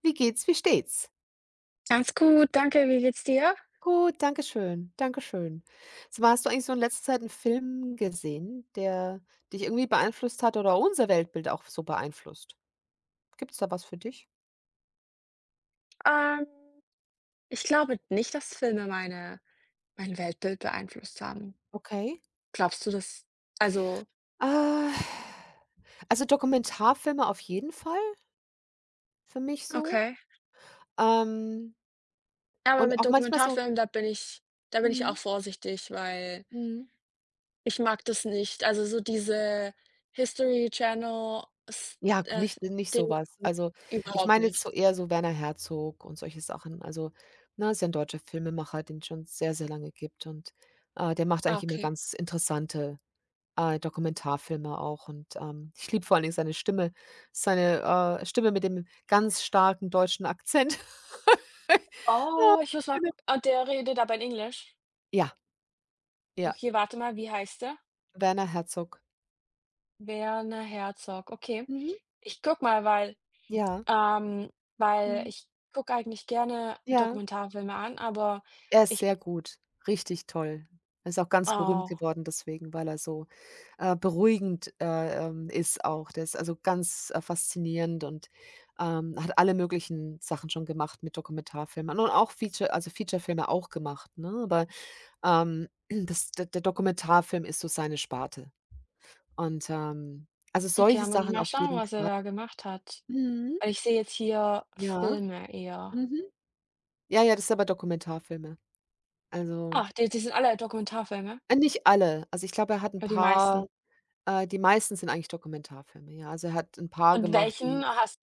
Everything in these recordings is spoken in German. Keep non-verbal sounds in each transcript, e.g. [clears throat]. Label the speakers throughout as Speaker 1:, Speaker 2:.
Speaker 1: Wie geht's? Wie steht's?
Speaker 2: Ganz gut, danke. Wie geht's dir?
Speaker 1: Gut, danke schön, danke schön. Sag mal, hast du eigentlich so in letzter Zeit 'n Film gesehen, der dich irgendwie beeinflusst hat oder unser Weltbild auch so beeinflusst? Gibt's da was für dich?
Speaker 2: Ähm, Ich glaube nicht, dass Filme mein Weltbild beeinflusst haben.
Speaker 1: Okay.
Speaker 2: Glaubst du das? Also
Speaker 1: Ah, also, Dokumentarfilme auf jeden Fall für mich so,
Speaker 2: okay.
Speaker 1: ähm,
Speaker 2: Ja, aber
Speaker 1: und
Speaker 2: mit
Speaker 1: auch manchmal so
Speaker 2: Dokumentarfilmen, da bin ich
Speaker 1: mhm,
Speaker 2: auch vorsichtig, weil
Speaker 1: mhm.
Speaker 2: ich mag das nicht. Also, so diese History Channel s
Speaker 1: Ja, g
Speaker 2: äh,
Speaker 1: nicht
Speaker 2: Dinge
Speaker 1: sowas. Also, ich
Speaker 2: überhaupt
Speaker 1: meine jetzt
Speaker 2: nicht.
Speaker 1: so eher so Werner Herzog und solche Sachen. Also, na, ist ja 'n deutscher Filmemacher, den es schon sehr, sehr lange gibt und, der macht
Speaker 2: Ah,
Speaker 1: eigentlich immer
Speaker 2: okay.
Speaker 1: ganz interessante, Dokumentarfilme auch, und, ich liebe vor allen Dingen seine Stimme. Seine, Stimme mit dem ganz starken deutschen Akzent. [laughs]
Speaker 2: Oh, ich muss mal und der redet aber in Englisch?
Speaker 1: Ja, ja,
Speaker 2: Okay, warte mal, wie heißt der?
Speaker 1: Werner Herzog.
Speaker 2: Werner Herzog. Okay.
Speaker 1: Mhm.
Speaker 2: Ich guck mal, weil
Speaker 1: Ja,
Speaker 2: Ähm, weil
Speaker 1: mhm.
Speaker 2: ich gucke eigentlich gerne
Speaker 1: Ja,
Speaker 2: Dokumentarfilme an, aber
Speaker 1: er ist
Speaker 2: ich
Speaker 1: sehr gut, richtig toll. Er ist auch ganz berühmt
Speaker 2: oh,
Speaker 1: geworden deswegen, weil er so beruhigend, ist auch. Der ist also ganz, faszinierend, und, hat alle möglichen Sachen schon gemacht mit Dokumentarfilmen, und auch Feature also Featurefilme auch gemacht, ne? Aber, ähm, [clears throat] das der der Dokumentarfilm ist so seine Sparte. Und, also
Speaker 2: okay,
Speaker 1: solche
Speaker 2: da muss ich
Speaker 1: Sachen
Speaker 2: mal
Speaker 1: auf
Speaker 2: schauen,
Speaker 1: jeden
Speaker 2: was er
Speaker 1: Fall.
Speaker 2: da gemacht hat.
Speaker 1: Mhm.
Speaker 2: Weil ich sehe jetzt hier
Speaker 1: Ja.
Speaker 2: Filme eher.
Speaker 1: Mhm. Ja, ja, das sind aber Dokumentarfilme. Also
Speaker 2: Ach, die sind alle Dokumentarfilme?
Speaker 1: nicht alle. Also ich glaube, er hat ein
Speaker 2: Ja, die
Speaker 1: paar
Speaker 2: meisten.
Speaker 1: die meisten sind eigentlich Dokumentarfilme, ja. Also er hat ein paar
Speaker 2: Und
Speaker 1: gemacht,
Speaker 2: welchen
Speaker 1: die
Speaker 2: hast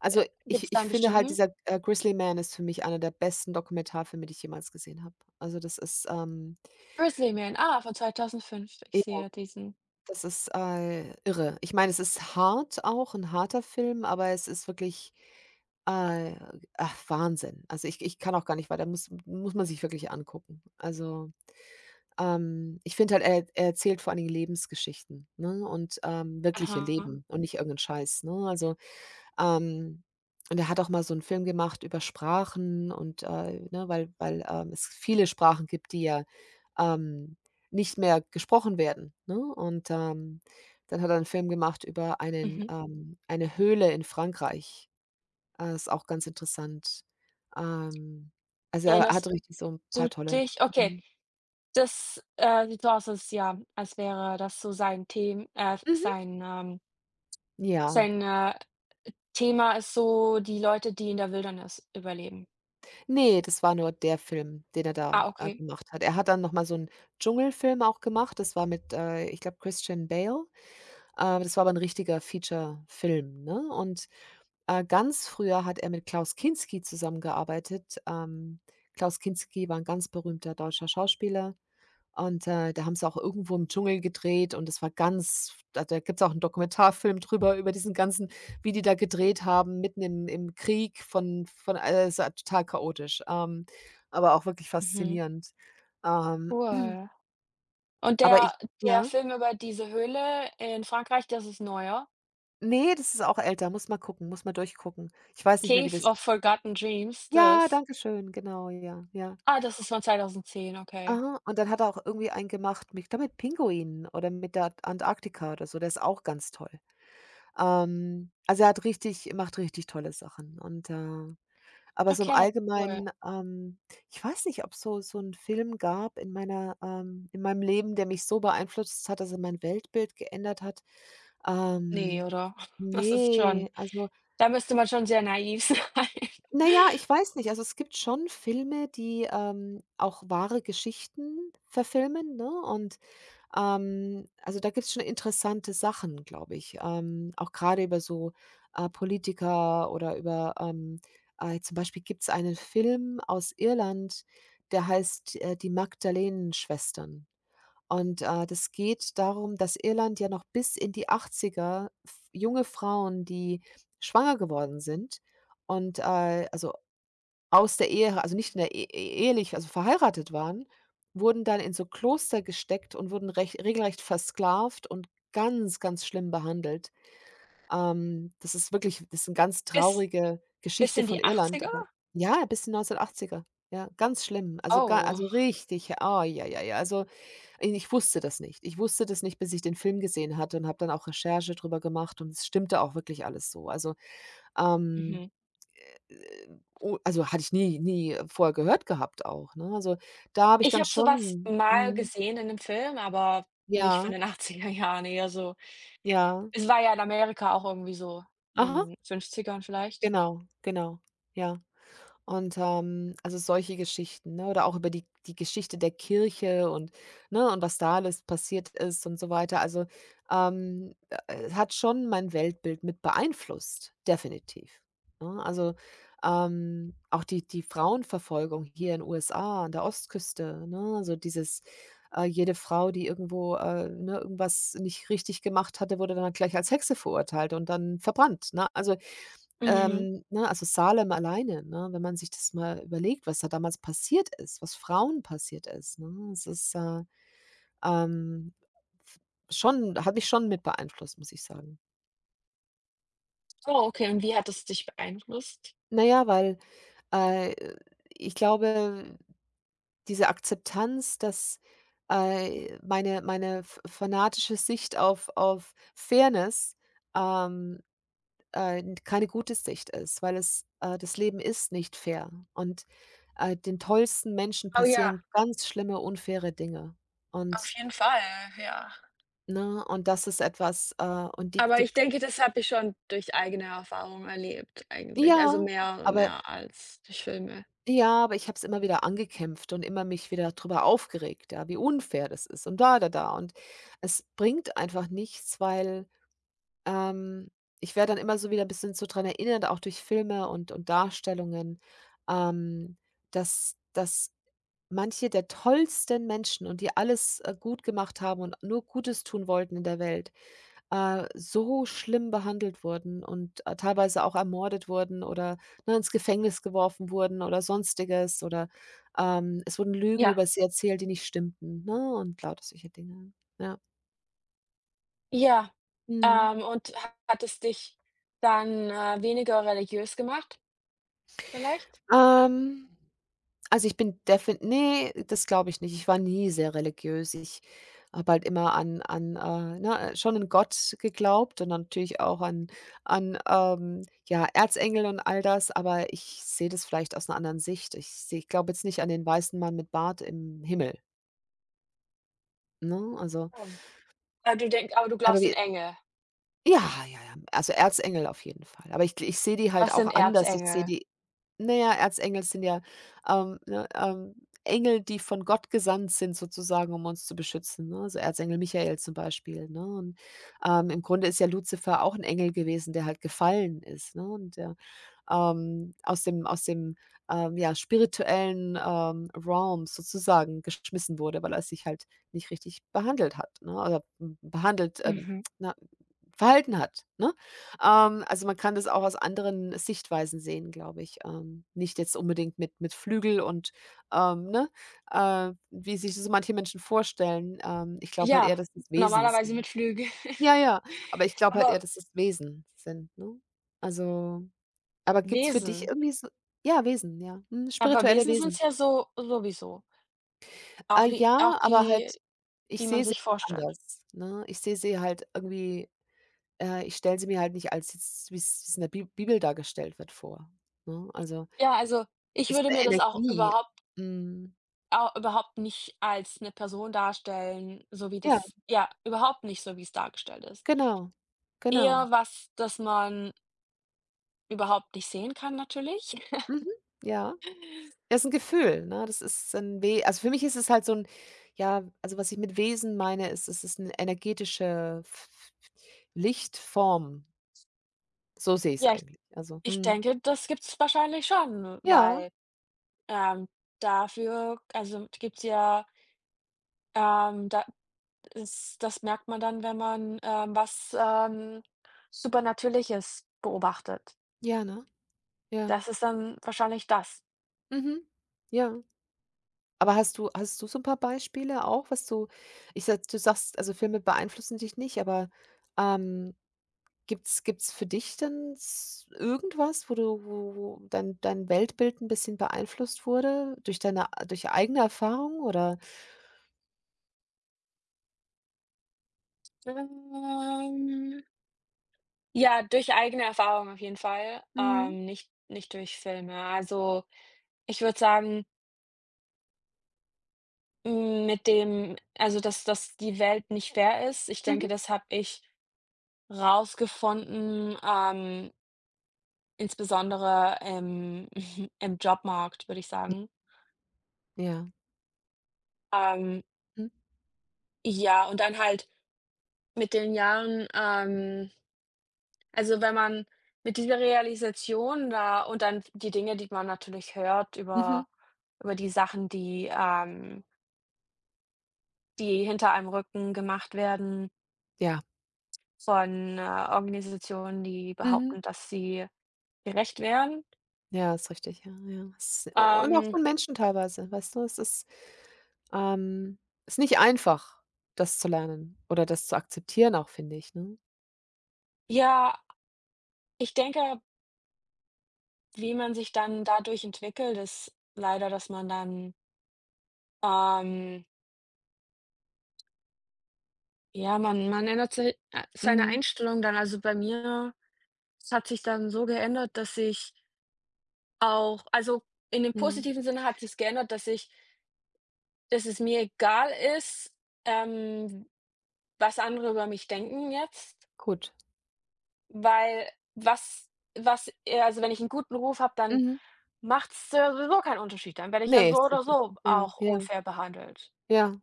Speaker 1: Also,
Speaker 2: Gibt
Speaker 1: ich
Speaker 2: es da
Speaker 1: ich
Speaker 2: einen
Speaker 1: finde halt,
Speaker 2: bestimmten?
Speaker 1: dieser, Grizzly Man ist für mich einer der besten Dokumentarfilme, die ich jemals gesehen habe. Also, das ist,
Speaker 2: „Grizzly Man“, ah, von 2005. Ich
Speaker 1: ja,
Speaker 2: sehe diesen.
Speaker 1: das ist, irre. Ich meine, es ist hart auch, ein harter Film, aber es ist wirklich, äh, ach, Wahnsinn. Also, ich kann auch gar nicht weiter, muss man sich wirklich angucken. Also, ich finde halt, er erzählt vor allen Dingen Lebensgeschichten, ne, und, wirkliche
Speaker 2: Aha,
Speaker 1: Leben, und nicht irgend 'n Scheiß, ne? Also Ähm, und er hat auch mal so einen Film gemacht über Sprachen und, ne, weil es viele Sprachen gibt, die ja, ähm, nicht mehr gesprochen werden, ne? Und, dann hat er einen Film gemacht über
Speaker 2: mhm.
Speaker 1: eine Höhle in Frankreich. Ist auch ganz interessant. Ähm, also, er hat
Speaker 2: Erinnerst
Speaker 1: richtig so ein paar
Speaker 2: du
Speaker 1: tolle
Speaker 2: dich okay,
Speaker 1: mhm.
Speaker 2: das sieht so aus, als ja, als wäre das so sein Thema,
Speaker 1: Mhm.
Speaker 2: sein,
Speaker 1: Ja.
Speaker 2: sein, äh Thema ist so die Leute, die in der Wildnis überleben.
Speaker 1: Ne, das war nur der Film, den er da,
Speaker 2: Ah, okay.
Speaker 1: gemacht hat. Er hat dann noch mal so 'n Dschungelfilm auch gemacht. Das war mit, ich glaube, Christian Bale. Das war aber 'n richtiger Feature-Film, ne? Und, ganz früher hat er mit Klaus Kinski zusammengearbeitet. Klaus Kinski war 'n ganz berühmter deutscher Schauspieler. Und, da haben sie auch irgendwo im Dschungel gedreht, und das war ganz da gibt es auch einen Dokumentarfilm [laughs] drüber, über diesen ganzen wie die da gedreht haben, mitten im Krieg von es war total chaotisch, aber auch wirklich
Speaker 2: Mhm.
Speaker 1: faszinierend. Ähm,
Speaker 2: Cool. Und
Speaker 1: aber ich
Speaker 2: der der
Speaker 1: ja?
Speaker 2: Film über diese Höhle in Frankreich, das ist neuer?
Speaker 1: Nee, das ist auch älter, muss mal gucken, muss mal durchgucken. Ich weiß nicht mehr, wie
Speaker 2: „Cave
Speaker 1: das
Speaker 2: of Forgotten Dreams“,
Speaker 1: ja,
Speaker 2: das?
Speaker 1: danke schön, genau, ja, ja.
Speaker 2: Ah, das ist von 2010, okay.
Speaker 1: Aha, und dann hat er auch irgendwie einen gemacht mit ich glaube, mit Pinguinen oder mit der Antarktika oder so, der ist auch ganz toll. Also er hat richtig macht richtig tolle Sachen, und, aber so im
Speaker 2: Okay, cool.
Speaker 1: Allgemeinen, ich weiß nicht, ob's so 'n Film gab in meiner in meinem Leben, der mich so beeinflusst hat, dass er mein Weltbild geändert hat.
Speaker 2: Ne,
Speaker 1: Ähm,
Speaker 2: oder? [laughs] Das ist schon
Speaker 1: ne, also
Speaker 2: da müsste man schon sehr naiv [laughs] sein.
Speaker 1: na ja, ich weiß nicht. Also, es gibt schon Filme, die, auch wahre Geschichten verfilmen, ne? Und also da gibt es schon interessante Sachen, glaube ich, auch gerade über so, Politiker oder über, zum Beispiel gibt es einen Film aus Irland, der heißt, „Die Magdalenenschwestern". Und, das geht darum, dass Irland ja noch bis in die Achtziger f junge Frauen, die schwanger geworden sind und, also aus der Ehe, also nicht in der ehelich also verheiratet waren, wurden dann in so Kloster gesteckt, und wurden rech regelrecht versklavt und ganz, ganz schlimm behandelt. Das ist eine ganz
Speaker 2: Bis
Speaker 1: traurige
Speaker 2: bis
Speaker 1: Geschichte
Speaker 2: in
Speaker 1: von
Speaker 2: die
Speaker 1: Irland,
Speaker 2: 80er?
Speaker 1: aber ja, bis in 1980er. Ja, ganz schlimm. Also, ga
Speaker 2: Oh,
Speaker 1: also richtig, ja, oh ja, ja, ja. Also, i ich wusste das nicht. Ich wusste das nicht, bis ich den Film gesehen hatte, und habe dann auch Recherche drüber gemacht, und es stimmte auch wirklich alles so. Also, ähm
Speaker 2: mhm.
Speaker 1: äh, o also, hatte ich nie vorher gehört gehabt auch, ne? Also, da habe ich
Speaker 2: Ich
Speaker 1: dann
Speaker 2: habe so was
Speaker 1: schon
Speaker 2: mal
Speaker 1: mhm,
Speaker 2: gesehen in 'nem Film, aber nicht von
Speaker 1: ja,
Speaker 2: den 80er Jahren, eher so
Speaker 1: ja.
Speaker 2: es war ja in Amerika auch irgendwie so
Speaker 1: Aha,
Speaker 2: in Fünfzigern vielleicht.
Speaker 1: genau, genau, ja. Und, also solche Geschichten, ne? Oder auch über die Geschichte der Kirche, und ne, und was da alles passiert ist und so weiter. Also, ähm, hat schon mein Weltbild mit beeinflusst, definitiv, ne? Also, auch die Frauenverfolgung hier in USA an der Ostküste, ne? Also dieses, jede Frau, die irgendwo, ne, irgendwas nicht richtig gemacht hatte, wurde dann gleich als Hexe verurteilt und dann verbrannt, ne? Also
Speaker 2: Mhm.
Speaker 1: ne, also Salem alleine, ne, wenn man sich das mal überlegt, was da damals passiert ist, was Frauen passiert ist, ne? Es ist, ähm, f schon hat mich schon mit beeinflusst, muss ich sagen.
Speaker 2: Oh, okay. Und wie hat es dich beeinflusst?
Speaker 1: Naja, weil, äh, ich glaube, diese Akzeptanz, dass, meine meine f fanatische Sicht auf Fairness, ähm keine gute Sicht ist, weil es das Leben ist nicht fair, und, den tollsten Menschen
Speaker 2: Oh ja,
Speaker 1: passieren ganz schlimme, unfaire Dinge,
Speaker 2: auf
Speaker 1: und
Speaker 2: jeden Fall, ja.
Speaker 1: ne, und das ist etwas, und die
Speaker 2: Aber
Speaker 1: du
Speaker 2: ich denke, das habe ich schon durch eigene Erfahrung erlebt eigentlich, also
Speaker 1: ja,
Speaker 2: mehr
Speaker 1: aber
Speaker 2: mehr als durch Filme.
Speaker 1: ja, aber ich habe es immer wieder angekämpft und immer mich wieder drüber aufgeregt, ja, wie unfair das ist, und da und es bringt einfach nichts, weil, ähm, ich werde dann immer so wieder 'n bisschen so dran erinnert, auch durch Filme und Darstellungen, ähm, dass manche der tollsten Menschen und die alles, gut gemacht haben und nur Gutes tun wollten in der Welt, so schlimm behandelt wurden, und, teilweise auch ermordet wurden oder, ne, ins Gefängnis geworfen wurden oder Sonstiges oder, es wurden Lügen
Speaker 2: Ja.
Speaker 1: über sie erzählt, die nicht stimmten, ne, und lauter solche Dinge. Ja.
Speaker 2: Ja,
Speaker 1: Mhm.
Speaker 2: und hat es dich dann, weniger religiös gemacht vielleicht?
Speaker 1: Ähm Also, ich bin definitiv nee, das glaube ich nicht. Ich war nie sehr religiös. Ich habe halt immer an schon an Gott geglaubt, und natürlich auch an ja, Erzengel und all das, aber ich sehe das vielleicht aus einer anderen Sicht. Ich glaube jetzt nicht an den weißen Mann mit Bart im Himmel, ne? Also,
Speaker 2: Schon. Weil du denk aber du
Speaker 1: aber
Speaker 2: glaubst an
Speaker 1: wir
Speaker 2: Engel.
Speaker 1: ja, ja, ja, also Erzengel auf jeden Fall. Aber ich sehe die halt
Speaker 2: Was
Speaker 1: auch
Speaker 2: sind
Speaker 1: anders. Ich sehe
Speaker 2: Erzengel?
Speaker 1: die Na ja, Erzengel sind ja, ähm, ne, ähm, Engel, die von Gott gesandt sind sozusagen, um uns zu beschützen, ne? Also, Erzengel Michael zum Beispiel, ne? Und, im Grunde ist ja Luzifer auch ein Engel gewesen, der halt gefallen ist, ne? Und der, aus dem ja, spirituellen, Realm sozusagen geschmissen wurde, weil er sich halt nicht richtig behandelt hat, ne? Oder b behandelt,
Speaker 2: Mhm.
Speaker 1: na verhalten hat, ne? Also, man kann das auch aus anderen Sichtweisen sehen, glaube ich. Nicht jetzt unbedingt mit Flügel, und, ähm, ne, wie sich so manche Menschen vorstellen. Ich glaube halt eher,
Speaker 2: Ja,
Speaker 1: dass das Wesen
Speaker 2: normalerweise
Speaker 1: sind.
Speaker 2: mit Flügeln.
Speaker 1: Ja, ja,
Speaker 2: [laughs]
Speaker 1: aber ich glaube halt eher,
Speaker 2: Aber
Speaker 1: dass das Wesen sind, ne? Also, aber gibt's für dich
Speaker 2: Wesen.
Speaker 1: irgendwie so ja, Wesen, ja, mhm,
Speaker 2: Aber
Speaker 1: spirituelle
Speaker 2: Wesen sind
Speaker 1: Wesen.
Speaker 2: es ja so sowieso. Auch die auch
Speaker 1: Ja, aber
Speaker 2: die,
Speaker 1: halt ich
Speaker 2: die man
Speaker 1: sehe sie
Speaker 2: sich vorstellt.
Speaker 1: anders, ne? Ich sehe sie halt irgendwie ich stelle sie mir halt nicht als jetzt, wie's in der Bi Bibel dargestellt wird, vor, ne? Also,
Speaker 2: Ja, also, ich
Speaker 1: ist
Speaker 2: würde
Speaker 1: 'ne
Speaker 2: mir das auch
Speaker 1: Energie.
Speaker 2: überhaupt
Speaker 1: Mhm.
Speaker 2: au überhaupt nicht als 'ne Person darstellen, so wie
Speaker 1: Ja,
Speaker 2: das ja, überhaupt nicht so, wie's dargestellt ist.
Speaker 1: genau. Genau.
Speaker 2: Eher was, das man überhaupt nicht sehen kann natürlich. [laughs]
Speaker 1: Mhm. Ja. Ist 'n Gefühl, ne? Das ist 'n We also, für mich ist es halt so 'n ja, also, was ich mit Wesen meine, ist, es ist 'ne energetische F F Lichtform. So sehe ich's
Speaker 2: Ja, ich
Speaker 1: eigentlich. Also
Speaker 2: ich
Speaker 1: mhm.
Speaker 2: denke, das gibt's wahrscheinlich schon,
Speaker 1: Ja,
Speaker 2: weil, ähm, dafür also, gibt's ja, da es das merkt man dann, wenn man, was, Supernatürliches beobachtet.
Speaker 1: ja, ne? Ja.
Speaker 2: Das ist dann wahrscheinlich das.
Speaker 1: Mhm. Ja. Aber hast du so ein paar Beispiele auch, was du ich sage du sagst, also, Filme beeinflussen dich nicht, aber, ähm, gibt's für dich dann s irgendwas, wo du wo dein Weltbild ein bisschen beeinflusst wurde durch deine durch eigene Erfahrung oder?
Speaker 2: Ähm, ja, durch eigene Erfahrung auf jeden Fall,
Speaker 1: Mhm.
Speaker 2: nicht durch Filme. Also, ich würde sagen, dass die Welt nicht fair ist. Ich
Speaker 1: Mhm.
Speaker 2: denke, das habe ich rausgefunden, insbesondere im [laughs] im Jobmarkt, würde ich sagen.
Speaker 1: Ja.
Speaker 2: Ähm,
Speaker 1: Mhm.
Speaker 2: ja, und dann halt mit den Jahren, also, wenn man mit dieser Realisation da und dann die Dinge, die man natürlich hört
Speaker 1: Mhm.
Speaker 2: über die Sachen, die, die hinter einem Rücken gemacht werden
Speaker 1: Ja.
Speaker 2: von, Organisationen, die
Speaker 1: Mhm.
Speaker 2: behaupten, dass sie gerecht wären.
Speaker 1: Ja, ist richtig. Ja, ja. Es und auch
Speaker 2: Ähm,
Speaker 1: von Menschen teilweise, weißt du? Es ähm ist nicht einfach, das zu lernen oder das zu akzeptieren auch, finde ich, ne?
Speaker 2: ja, ich denke, wie man sich dann dadurch entwickelt, ist leider, dass man dann, ähm ja, man ändert seine
Speaker 1: Mhm,
Speaker 2: Einstellung dann. Also, bei mir es hat sich dann so geändert, dass ich auch also, in dem
Speaker 1: mhm,
Speaker 2: positiven Sinne hat sich geändert, dass ich dass es mir egal ist, ähm, was andere über mich denken jetzt,
Speaker 1: gut.
Speaker 2: weil was was also, wenn ich einen guten Ruf habe, dann
Speaker 1: Mhm.
Speaker 2: macht's ja sowieso keinen Unterschied. Dann werde ich ja
Speaker 1: Ne,
Speaker 2: so
Speaker 1: ist
Speaker 2: oder
Speaker 1: richtig.
Speaker 2: so
Speaker 1: Ja,
Speaker 2: auch
Speaker 1: ja,
Speaker 2: unfair behandelt.
Speaker 1: ja.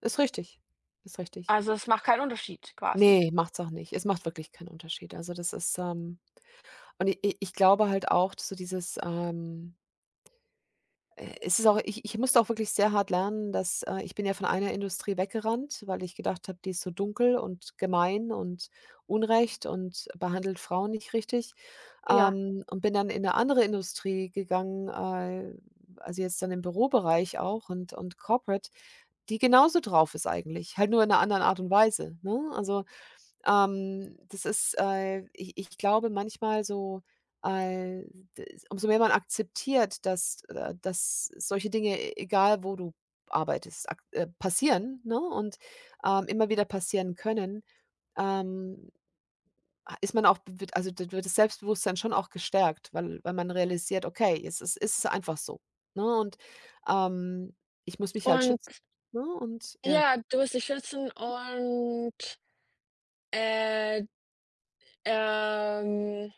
Speaker 1: Ist richtig. Ist richtig.
Speaker 2: Also, es macht keinen Unterschied quasi.
Speaker 1: Ne, macht's auch nicht. Es macht wirklich keinen Unterschied. Also, und i i ich glaube halt auch, so dieses, es ist auch ich musste auch wirklich sehr hart lernen, dass ich bin ja von einer Industrie weggerannt, weil ich gedacht habe, die ist so dunkel und gemein und unrecht und behandelt Frauen nicht richtig.
Speaker 2: Ja,
Speaker 1: Und bin dann in eine andere Industrie gegangen, also jetzt dann im Bürobereich auch, und Corporate, die genauso drauf ist eigentlich, halt nur in einer anderen Art und Weise, ne? Also ich glaube manchmal so, äh, d umso mehr man akzeptiert, dass solche Dinge, e egal wo du arbeitest, ak passieren, ne, und, immer wieder passieren können, ähm, ist man auch b wird also, da wird das Selbstbewusstsein schon auch gestärkt, weil man realisiert: „Okay, es ist einfach so", ne, und, ähm, ich muss mich halt
Speaker 2: und
Speaker 1: schützen, ne, und ja,
Speaker 2: ja, du willst dich schützen und, äh, ähm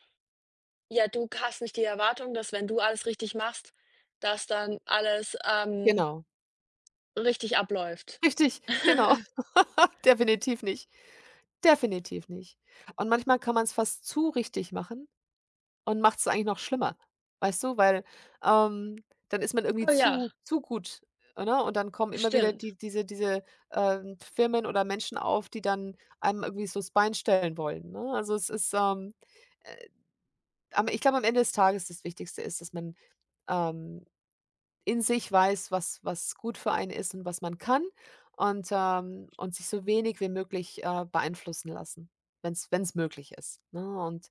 Speaker 2: ja, du hast nicht die Erwartung, dass wenn du alles richtig machst, dass dann alles,
Speaker 1: genau.
Speaker 2: richtig abläuft.
Speaker 1: Richtig,
Speaker 2: [laughs]
Speaker 1: genau. [laughs] Definitiv nicht. Definitiv nicht. Und manchmal kann man es fast zu richtig machen und macht es eigentlich noch schlimmer, weißt du? Weil, ähm, dann ist man irgendwie
Speaker 2: Oh ja,
Speaker 1: zu gut, ne? Und dann kommen immer wieder
Speaker 2: stimmt.
Speaker 1: diese Firmen oder Menschen auf, die dann einem irgendwie so das Bein stellen wollen, ne? Also, äh, aber ich glaube, am Ende des Tages das Wichtigste ist, dass man, ähm in sich weiß, was gut für einen ist und was man kann und sich so wenig wie möglich, beeinflussen lassen, wenn es möglich ist, ne? Und,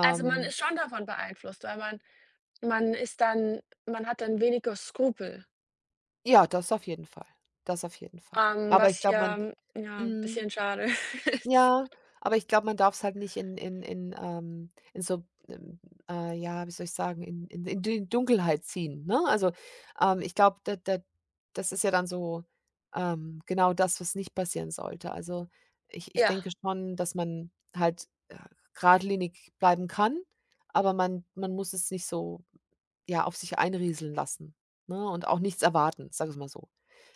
Speaker 2: Also, man ist schon davon beeinflusst, weil man hat dann weniger Skrupel,
Speaker 1: ja, das auf jeden Fall. Das auf jeden Fall. Aber ich
Speaker 2: was
Speaker 1: glaube, man
Speaker 2: ja ja, ein
Speaker 1: mhm.
Speaker 2: bisschen schade [laughs] ist.
Speaker 1: Ja, aber ich glaube, man darf es halt nicht in, in so, ja, wie soll ich sagen, in die Dunkelheit ziehen, ne? Also, ich glaube, da das ist ja dann so, genau das, was nicht passieren sollte. Also, ich denke
Speaker 2: Ja.
Speaker 1: schon, dass man halt, geradlinig bleiben kann, aber man muss es nicht so, ja, auf sich einrieseln lassen, ne, und auch nichts erwarten, sag wir's mal so.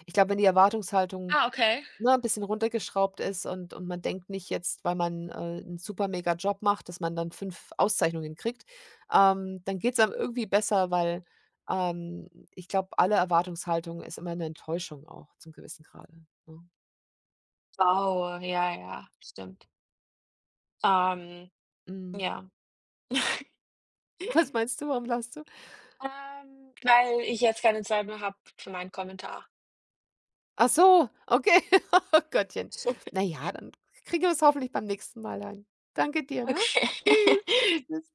Speaker 1: Ich glaube, wenn die Erwartungshaltung,
Speaker 2: Ah, okay.
Speaker 1: ne, ein bisschen runtergeschraubt ist, und man denkt nicht jetzt, weil man, 'n super mega Job macht, dass man dann 5 Auszeichnungen kriegt. Dann geht's einem irgendwie besser, weil, ähm, ich glaube, alle Erwartungshaltung ist immer eine Enttäuschung auch zum gewissen Grade, ne?
Speaker 2: Oh, ja, ja, stimmt. Ähm,
Speaker 1: Mhm.
Speaker 2: ja.
Speaker 1: [laughs] Was
Speaker 2: [laughs]
Speaker 1: meinst du? Warum lachst du?
Speaker 2: Weil ich jetzt keine Zeit mehr habe für meinen Kommentar.
Speaker 1: Ach so, okay. [laughs] Oh Gottchen.
Speaker 2: [laughs]
Speaker 1: Na ja, dann kriegen wir es hoffentlich beim nächsten Mal hin. Danke dir, ne? Tschüss. Tschüss,
Speaker 2: Okay. [laughs]
Speaker 1: tschüss.